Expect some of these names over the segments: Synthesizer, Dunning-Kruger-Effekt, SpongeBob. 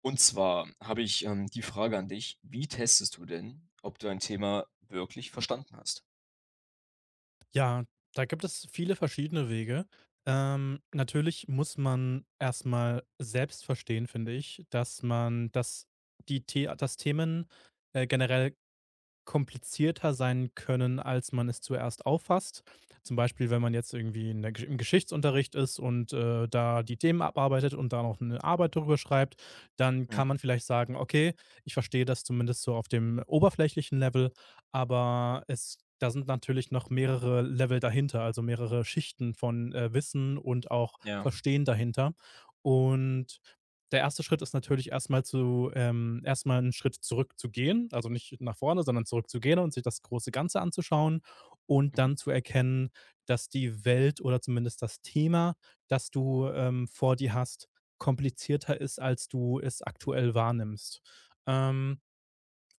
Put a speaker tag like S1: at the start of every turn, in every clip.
S1: Und zwar habe ich, die Frage an dich: Wie testest du denn, ob du ein Thema wirklich verstanden hast?
S2: Ja, da gibt es viele verschiedene Wege. Natürlich muss man erstmal selbst verstehen, finde ich, dass die The dass Themen generell komplizierter sein können, als man es zuerst auffasst. Zum Beispiel, wenn man jetzt irgendwie im Geschichtsunterricht ist und da die Themen abarbeitet und da noch eine Arbeit darüber schreibt, dann
S1: Mhm,
S2: kann man vielleicht sagen, okay, ich verstehe das zumindest so auf dem oberflächlichen Level, aber es da sind natürlich noch mehrere Level dahinter, also mehrere Schichten von Wissen und auch
S1: ja.
S2: Verstehen dahinter. Und der erste Schritt ist natürlich erst mal 'n Schritt zurückzugehen, also nicht nach vorne, sondern zurückzugehen und sich das große Ganze anzuschauen und
S1: Mhm.
S2: dann zu erkennen, dass die Welt oder zumindest das Thema, das du, vor dir hast, komplizierter ist, als du es aktuell wahrnimmst. Ähm,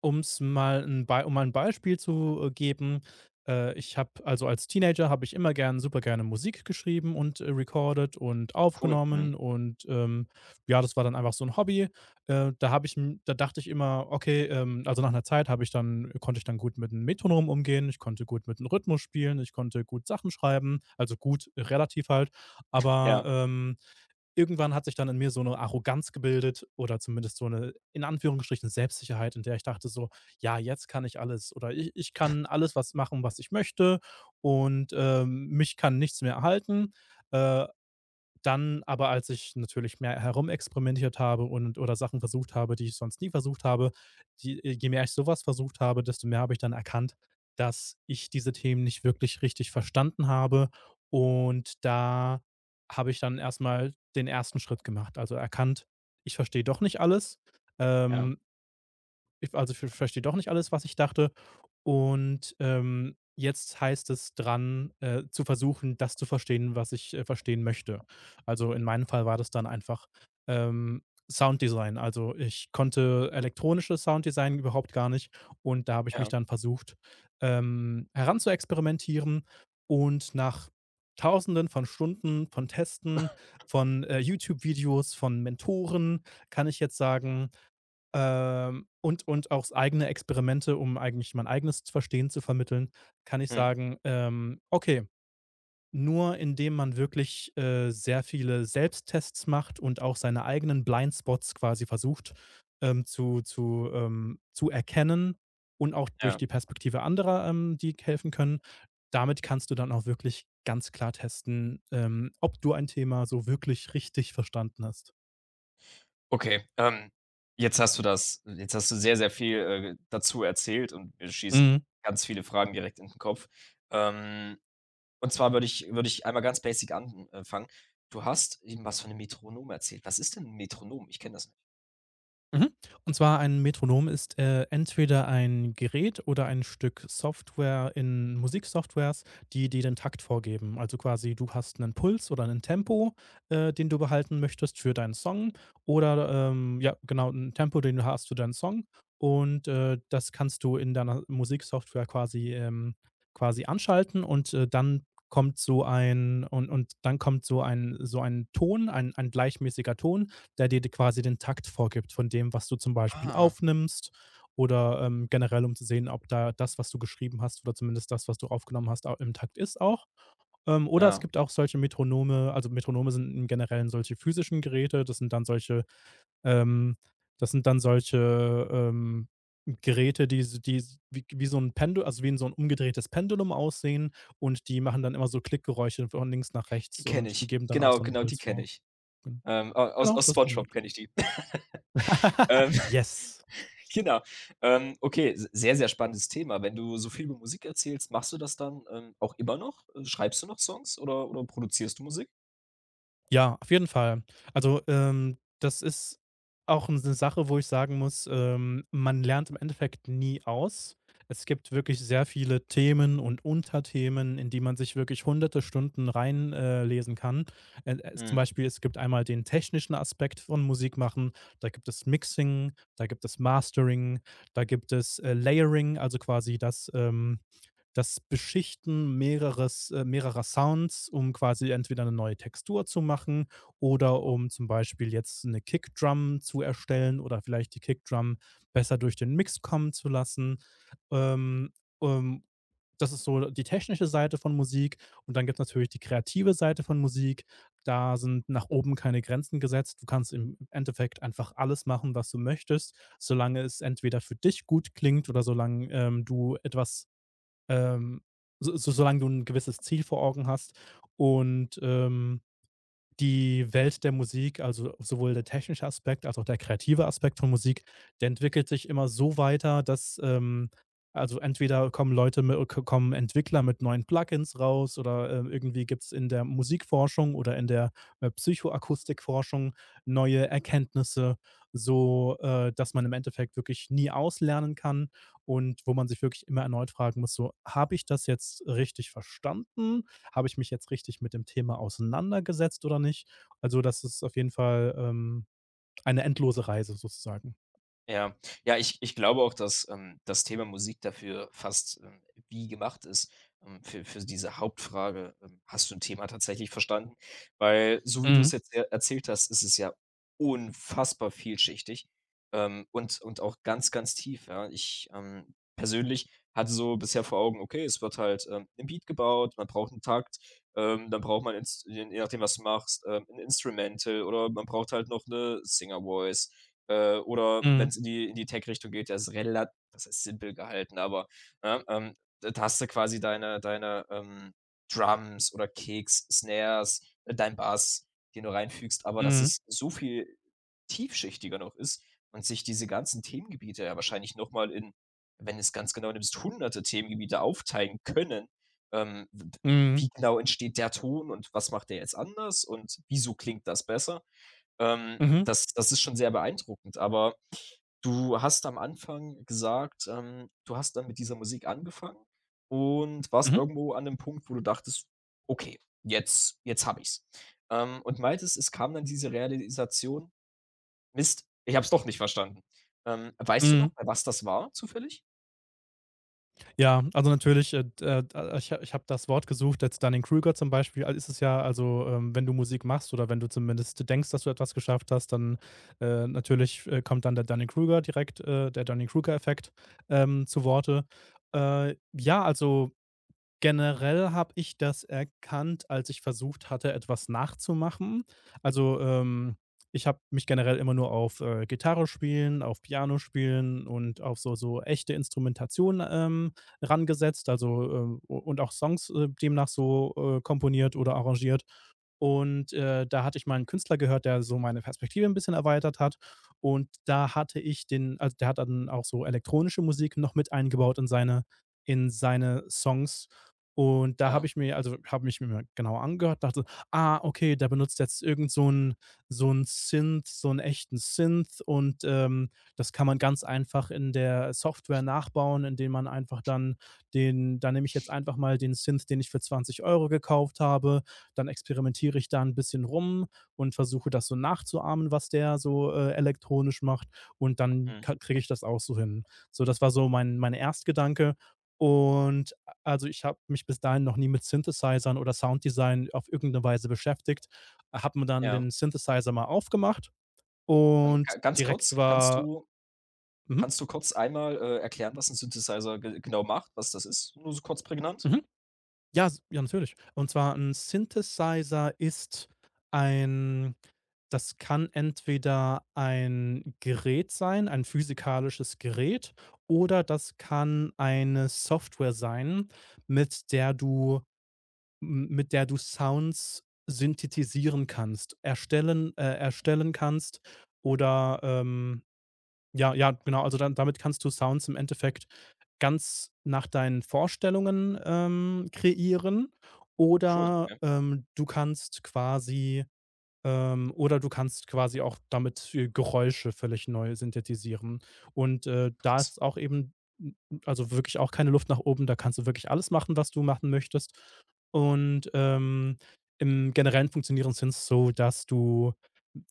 S2: um mal 'n Beispiel zu, geben, ich habe als Teenager habe ich immer gern super gerne Musik geschrieben und, recorded und
S1: Cool.
S2: aufgenommen
S1: Mhm.
S2: und, ähm, Ja, das war dann einfach so 'n Hobby. Da dachte ich immer, okay, also, nach 'ner Zeit habe ich dann konnte ich dann gut mit 'nem Metronom umgehen, ich konnte gut mit 'n Rhythmus spielen, ich konnte gut Sachen schreiben, also, gut, relativ halt, aber,
S1: Ja,
S2: ähm irgendwann hat sich dann in mir so eine Arroganz gebildet oder zumindest so eine in Anführungsstrichen Selbstsicherheit, in der ich dachte so: „Ja, jetzt kann ich alles oder ich kann alles was machen, was ich möchte und, mich kann nichts mehr erhalten.“ Äh, dann aber, als ich natürlich mehr herumexperimentiert habe und oder Sachen versucht habe, die ich sonst nie versucht habe, die je mehr ich so was versucht habe, desto mehr habe ich dann erkannt, dass ich diese Themen nicht wirklich richtig verstanden habe. Und da habe ich dann erst mal den ersten Schritt gemacht, also erkannt, ich verstehe doch nicht alles.
S1: ja,
S2: Ähm, ich verstehe doch nicht alles, was ich dachte und, jetzt heißt es dran, zu versuchen, das zu verstehen, was ich, verstehen möchte. Also, in meinem Fall war das dann einfach, ähm, Sounddesign. Also, ich konnte elektronisches Sounddesign überhaupt gar nicht und da habe ich
S1: ja.
S2: mich dann versucht, heranzuexperimentieren, und nach Tausenden von Stunden von Testen, von, YouTube-Videos, von Mentoren kann ich jetzt sagen, und auch eigene Experimente, um eigentlich mein eigenes Verstehen zu vermitteln, kann ich
S1: Mhm,
S2: sagen, okay, nur indem man wirklich, sehr viele Selbsttests macht und auch seine eigenen Blindspots quasi versucht, zu erkennen, und auch durch
S1: ja.
S2: die Perspektive anderer, die helfen können. Damit kannst du dann auch wirklich ganz klar testen, ob du ein Thema so wirklich richtig verstanden hast.
S1: Okay, jetzt hast du sehr, sehr viel, dazu erzählt und wir schießen
S2: Mhm.
S1: ganz viele Fragen direkt in den Kopf. Ähm, und zwar würde ich einmal ganz basic anfangen. Du hast eben was von 'nem Metronom erzählt. Was ist denn 'n Metronom? Ich kenne das nicht.
S2: Mhm. Und zwar ein Metronom ist, entweder ein Gerät oder ein Stück Software in Musiksoftwares, die dir den Takt vorgeben. Also quasi, du hast einen Puls oder ein Tempo, den du behalten möchtest für deinen Song oder, ja, genau, ein Tempo, den du hast für deinen Song, und, das kannst du in deiner Musiksoftware quasi anschalten und, dann kommt so ein Ton, ein gleichmäßiger Ton, der dir quasi den Takt vorgibt von dem, was du zum Beispiel
S1: Ah.
S2: aufnimmst, oder generell, um zu sehen, ob da das, was du geschrieben hast oder zumindest das, was du aufgenommen hast, im Takt ist auch. Oder es
S1: Ja,
S2: gibt auch solche Metronome, also Metronome sind im Generellen solche physischen Geräte, das sind dann solche, ähm, das sind dann solche ähm, Geräte, die, wie, wie so ein Pendel, also wie in so ein umgedrehtes Pendulum aussehen, und die machen dann immer so Klickgeräusche von links nach
S1: die
S2: rechts
S1: kenne
S2: und die
S1: ich.
S2: geben dann auch
S1: Genau,
S2: so einen
S1: genau, die
S2: Puls
S1: kenne
S2: vor.
S1: ich.
S2: Gen-
S1: A aus
S2: Genau,
S1: aus
S2: das ist ein
S1: SpongeBob kenne ich die. Ähm,
S2: Yes.
S1: genau. Okay, s sehr, sehr spannendes Thema. Wenn du so viel über Musik erzählst, machst du das dann, auch immer noch? Schreibst du noch Songs oder produzierst du Musik?
S2: Ja, auf jeden Fall. Also, das ist auch eine Sache, wo ich sagen muss, man lernt im Endeffekt nie aus. Es gibt wirklich sehr viele Themen und Unterthemen, in die man sich wirklich hunderte Stunden reinlesen lesen kann. Es Zum
S1: Mhm.
S2: Beispiel, es gibt einmal den technischen Aspekt von Musik machen, da gibt es Mixing, da gibt es Mastering, da gibt es, Layering, also quasi das, das Beschichten mehreres mehrerer Sounds, um quasi entweder eine neue Textur zu machen oder um zum Beispiel jetzt eine Kickdrum zu erstellen oder vielleicht die Kickdrum besser durch den Mix kommen zu lassen. Ähm, ähm, Das ist so die technische Seite von Musik und dann gibt es natürlich die kreative Seite von Musik. Da sind nach oben keine Grenzen gesetzt. Du kannst im Endeffekt einfach alles machen, was du möchtest, solange es entweder für dich gut klingt oder solange, du etwas ähm, solange du ein gewisses Ziel vor Augen hast und, die Welt der Musik, also sowohl der technische Aspekt als auch der kreative Aspekt von Musik, der entwickelt sich immer so weiter, dass also entweder kommen kommen Entwickler mit neuen Plugins raus, oder irgendwie gibt es in der Musikforschung oder in der Psychoakustikforschung neue Erkenntnisse, so dass man im Endeffekt wirklich nie auslernen kann und wo man sich wirklich immer erneut fragen muss, so habe ich das jetzt richtig verstanden, habe ich mich jetzt richtig mit dem Thema auseinandergesetzt oder nicht? Also, das ist auf jeden Fall, eine endlose Reise sozusagen.
S1: Ja. Ja, ich glaube auch, dass, das Thema Musik dafür fast, wie gemacht ist, für diese Hauptfrage, „Hast du ein Thema tatsächlich verstanden?“ Weil so wie du
S2: Mhm.
S1: es jetzt er erzählt hast, ist es ja unfassbar vielschichtig, und auch ganz, ganz tief, ja. Ich, persönlich hatte so bisher vor Augen: Okay, es wird halt, 'n Beat gebaut, man braucht einen Takt, dann braucht man ins je nachdem, was du machst, 'n Instrumental oder man braucht halt noch eine Singer Voice, oder wenn
S2: Mhm.
S1: es in die Tech-Richtung geht, das ist simpel gehalten, aber, ne, da hast du quasi Drums oder Kicks, Snares, dein Bass, den du reinfügst, aber dass
S2: Mhm.
S1: es so viel tiefschichtiger noch ist und sich diese ganzen Themengebiete ja wahrscheinlich noch mal in wenn es ganz genau nimmst, hunderte Themengebiete aufteilen können, ähm,
S2: Mhm.
S1: wie genau entsteht der Ton und was macht der jetzt anders und wieso klingt das besser?
S2: Mhm.
S1: Das das ist schon sehr beeindruckend, aber du hast am Anfang gesagt, du hast dann mit dieser Musik angefangen und warst
S2: Mhm.
S1: irgendwo an dem Punkt, wo du dachtest: „Okay, jetzt habe ich's.“ und meintest, es kam dann diese Realisation: „Mist, ich habe es doch nicht verstanden.“ weißt du
S2: Mhm.
S1: noch, bei was das war zufällig?
S2: Ja, also natürlich, d da ich ha ich habe das Wort gesucht, jetzt Dunning-Kruger zum Beispiel, ist es ja, also, wenn du Musik machst oder wenn du zumindest denkst, dass du etwas geschafft hast, dann, kommt dann der Dunning-Kruger-Effekt, zu Worte. Äh, ja, also Generell habe ich das erkannt, als ich versucht hatte, etwas nachzumachen. Also, ich habe mich generell immer nur auf, Gitarre spielen, auf Piano spielen und auf echte Instrumentation, rangesetzt, also, u und auch Songs, demnach so, komponiert oder arrangiert. Und, da hatte ich mal einen Künstler gehört, der so meine Perspektive ein bisschen erweitert hat. Und da hatte ich den also, Der hat dann auch so elektronische Musik noch mit eingebaut in seine Songs. Und da habe
S1: Ja,
S2: ich mir, also, habe mich mir genau angehört, dachte so: „Ah, okay, der benutzt jetzt irgend so 'n Synth so einen echten Synth, und, das kann man ganz einfach in der Software nachbauen, indem man einfach dann den da nehme ich jetzt einfach mal den Synth, den ich für 20 € gekauft habe, dann experimentiere ich da ein bisschen rum und versuche das so nachzuahmen, was der so, elektronisch macht, und dann
S1: mhm,
S2: ka kriege ich das auch so hin.“ So, das war so mein Erstgedanke, und also, ich habe mich bis dahin noch nie mit Synthesizern oder Sounddesign auf irgendeine Weise beschäftigt, habe mir dann
S1: ja.
S2: den Synthesizer mal aufgemacht und
S1: Ga ganz
S2: direkt
S1: kurz,
S2: war mhm,
S1: kannst du kurz einmal, erklären, was ein Synthesizer ge genau macht, was das ist? Nur so kurz prägnant?
S2: mhm. Ja, s ja, natürlich. Und zwar ein Synthesizer ist ein, das kann entweder ein Gerät sein, ein physikalisches Gerät, oder das kann eine Software sein, mit der du m mit der du Sounds synthetisieren kannst, erstellen kannst, oder, ähm ja, ja, genau. Also, dann damit kannst du Sounds im Endeffekt ganz nach deinen Vorstellungen, kreieren
S1: Cool,
S2: oder,
S1: ja,
S2: du kannst quasi oder du kannst quasi auch damit, Geräusche völlig neu synthetisieren. Und, da
S1: krass.
S2: ist auch eben n also wirklich auch keine Luft nach oben. Da kannst du wirklich alles machen, was du machen möchtest. Und, im Generellen funktionieren Synths so, dass du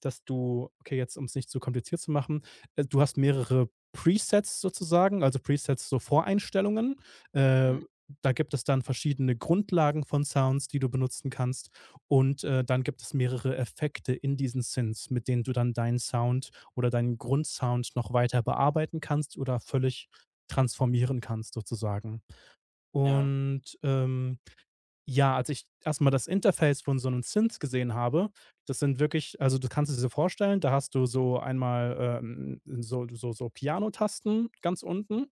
S2: dass du, okay, jetzt um es nicht zu kompliziert zu machen, du hast mehrere Presets sozusagen, also Presets, so Voreinstellungen. Äh,
S1: Mhm,
S2: Da gibt es dann verschiedene Grundlagen von Sounds, die du benutzen kannst. Und, dann gibt es mehrere Effekte in diesen Synths, mit denen du dann deinen Sound oder deinen Grundsound noch weiter bearbeiten kannst oder völlig transformieren kannst sozusagen.
S1: ja,
S2: Und, ja, als ich erstmal das Interface von so 'nem Synth gesehen habe, das sind wirklich, also, du kannst es dir vorstellen, da hast du so einmal, so Pianotasten ganz unten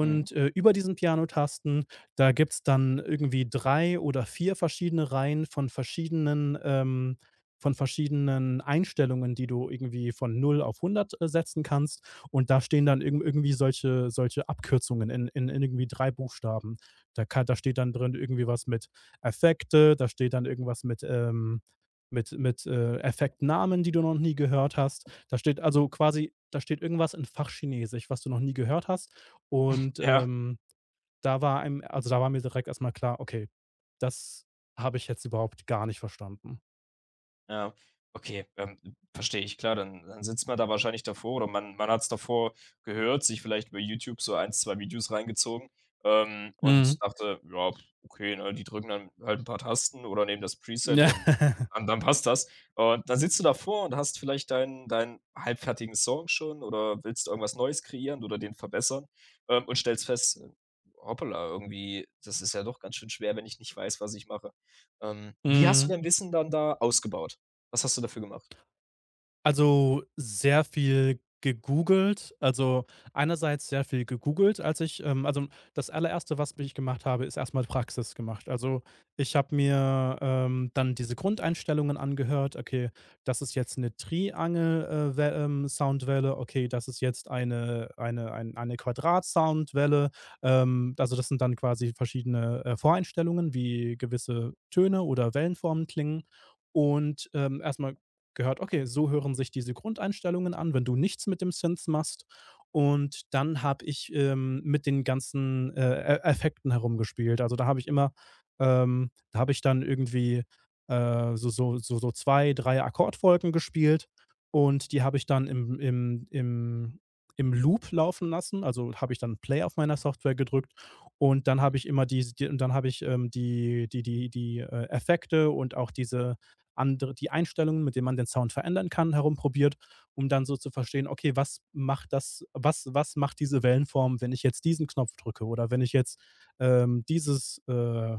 S1: mhm,
S2: über diesen Pianotasten, da gibt's dann irgendwie 3 oder 4 verschiedene Reihen von verschiedenen Einstellungen, die du irgendwie von null auf hundert setzen kannst. Und da stehen dann irgendwie solche Abkürzungen in irgendwie 3 Buchstaben. Da steht dann drin irgendwie was mit Effekte, da steht dann irgendwas mit, Affektnamen, die du noch nie gehört hast. Da steht also quasi, da steht irgendwas in Fachchinesisch, was du noch nie gehört hast, und,
S1: ja.
S2: da war mir direkt erstmal klar: „Okay, das habe ich jetzt überhaupt gar nicht verstanden.“
S1: Ja, okay, verstehe ich. Klar, dann dann sitzt man da wahrscheinlich davor oder man hat es davor gehört, sich vielleicht über YouTube so ein 2 Videos reingezogen,
S2: Mhm.
S1: und dachte: „Ja, pf, okay, ne, die drücken dann halt ein paar Tasten oder nehmen das Preset
S2: Ja.
S1: und dann passt das.“ Und dann sitzt du davor und hast vielleicht deinen halbfertigen Song schon oder willst irgendwas Neues kreieren oder den verbessern, und stellst fest: „Hoppala, irgendwie, das ist ja doch ganz schön schwer, wenn ich nicht weiß, was ich mache.“ wie hast du
S2: Mhm.
S1: dein Wissen dann da ausgebaut? Was hast du dafür gemacht?
S2: Also, sehr viel gegoogelt. Also, einerseits sehr viel gegoogelt, als ich das Allererste, was ich gemacht habe, ist erstmal Praxis gemacht. Also, ich habe mir, dann diese Grundeinstellungen angehört. Okay, das ist jetzt eine Triangel, Wel Soundwelle. Okay, das ist jetzt eine Quadrat-Soundwelle. Also, das sind dann quasi verschiedene, Voreinstellungen, wie gewisse Töne oder Wellenformen klingen. Und, erst gehört, okay, so hören sich diese Grundeinstellungen an, wenn du nichts mit dem Synth machst. Und dann habe ich, mit den ganzen, E Effekten herumgespielt. Also, da habe ich immer da habe ich dann irgendwie, so 2, 3 Akkordfolgen gespielt, und die habe ich dann im im Loop laufen lassen. Also, habe ich dann Play auf meiner Software gedrückt, und dann
S1: Mhm,
S2: habe ich immer diese die und dann habe ich, die die die die, Effekte und auch die Einstellungen, mit denen man den Sound verändern kann, herumprobiert, um dann so zu verstehen, okay, was macht das, was, was macht diese Wellenform, wenn ich jetzt diesen Knopf drücke oder wenn ich jetzt ähm, dieses, äh,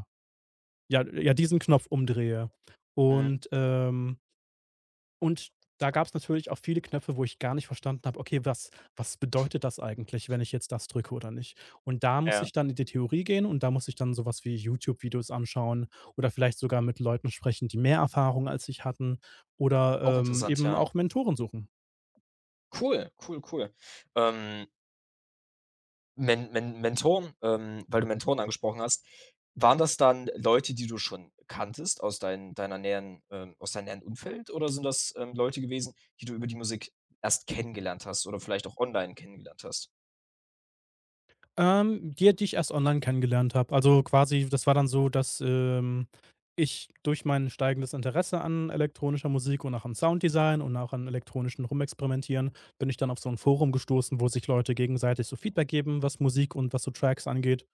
S2: ja, diesen Knopf umdrehe.
S1: mhm,
S2: Und ähm, und da gab es natürlich auch viele Knöpfe, wo ich gar nicht verstanden habe: „Okay, was was bedeutet das eigentlich, wenn ich jetzt das drücke oder nicht?“ Und da muss
S1: ja.
S2: ich dann in die Theorie gehen und da muss ich dann so was wie YouTube-Videos anschauen oder vielleicht sogar mit Leuten sprechen, die mehr Erfahrung als ich hatten oder,
S1: Auch interessant,
S2: eben
S1: ja.
S2: auch Mentoren suchen.
S1: Cool, cool, cool. Ähm, Mentoren, weil du Mentoren angesprochen hast, waren das dann Leute, die du schon kanntest aus deiner näheren, aus deinem näheren Umfeld oder sind das, Leute gewesen, die du über die Musik erst kennengelernt hast oder vielleicht auch online kennengelernt hast?
S2: Die ich erst online kennengelernt habe. Also, quasi das war dann so, dass, ich durch mein steigendes Interesse an elektronischer Musik und auch am Sounddesign und auch an elektronischen Rumexperimentieren bin ich dann auf so ein Forum gestoßen, wo sich Leute gegenseitig so Feedback geben, was Musik und was so Tracks angeht.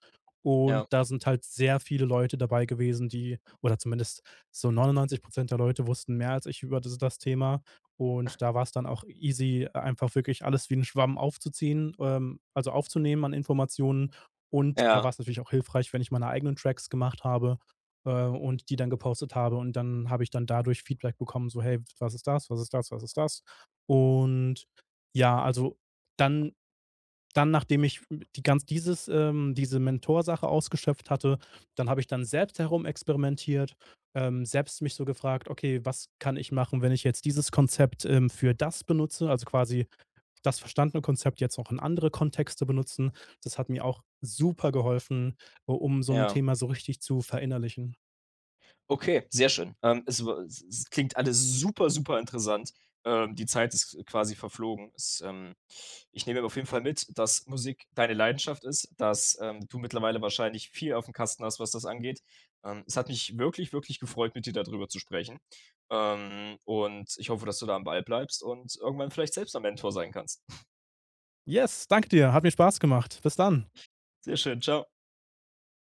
S2: Und
S1: Ja.
S2: da sind halt sehr viele Leute dabei gewesen, die oder zumindest so 99% der Leute wussten mehr als ich über das Thema. Und da war es dann auch easy, einfach wirklich alles wie ein Schwamm aufzuziehen, also aufzunehmen an Informationen. Und da
S1: Ja,
S2: war es natürlich auch hilfreich, wenn ich meine eigenen Tracks gemacht habe, und die dann gepostet habe. Und dann habe ich dann dadurch Feedback bekommen, so: „Hey, was ist das? Was ist das? Was ist das?“ Und ja, also dann, nachdem ich dieses, diese Mentorsache ausgeschöpft hatte, dann habe ich dann selbst herum experimentiert, selbst mich so gefragt, okay, was kann ich machen, wenn ich jetzt dieses Konzept, für das benutze, also quasi das verstandene Konzept jetzt auch in andere Kontexte benutzen. Das hat mir auch super geholfen, um so ein
S1: ja.
S2: Thema so richtig zu verinnerlichen.
S1: Okay, sehr schön. Es, es klingt alles super, super interessant. Die Zeit ist quasi verflogen. Es, ich nehme auf jeden Fall mit, dass Musik deine Leidenschaft ist, dass du mittlerweile wahrscheinlich viel auf dem Kasten hast, was das angeht. Es hat mich wirklich, wirklich gefreut, mit dir darüber zu sprechen. Und ich hoffe, dass du da am Ball bleibst und irgendwann vielleicht selbst ein Mentor sein kannst.
S2: Yes, danke dir, hat mir Spaß gemacht. Bis dann.
S1: Sehr schön, ciao.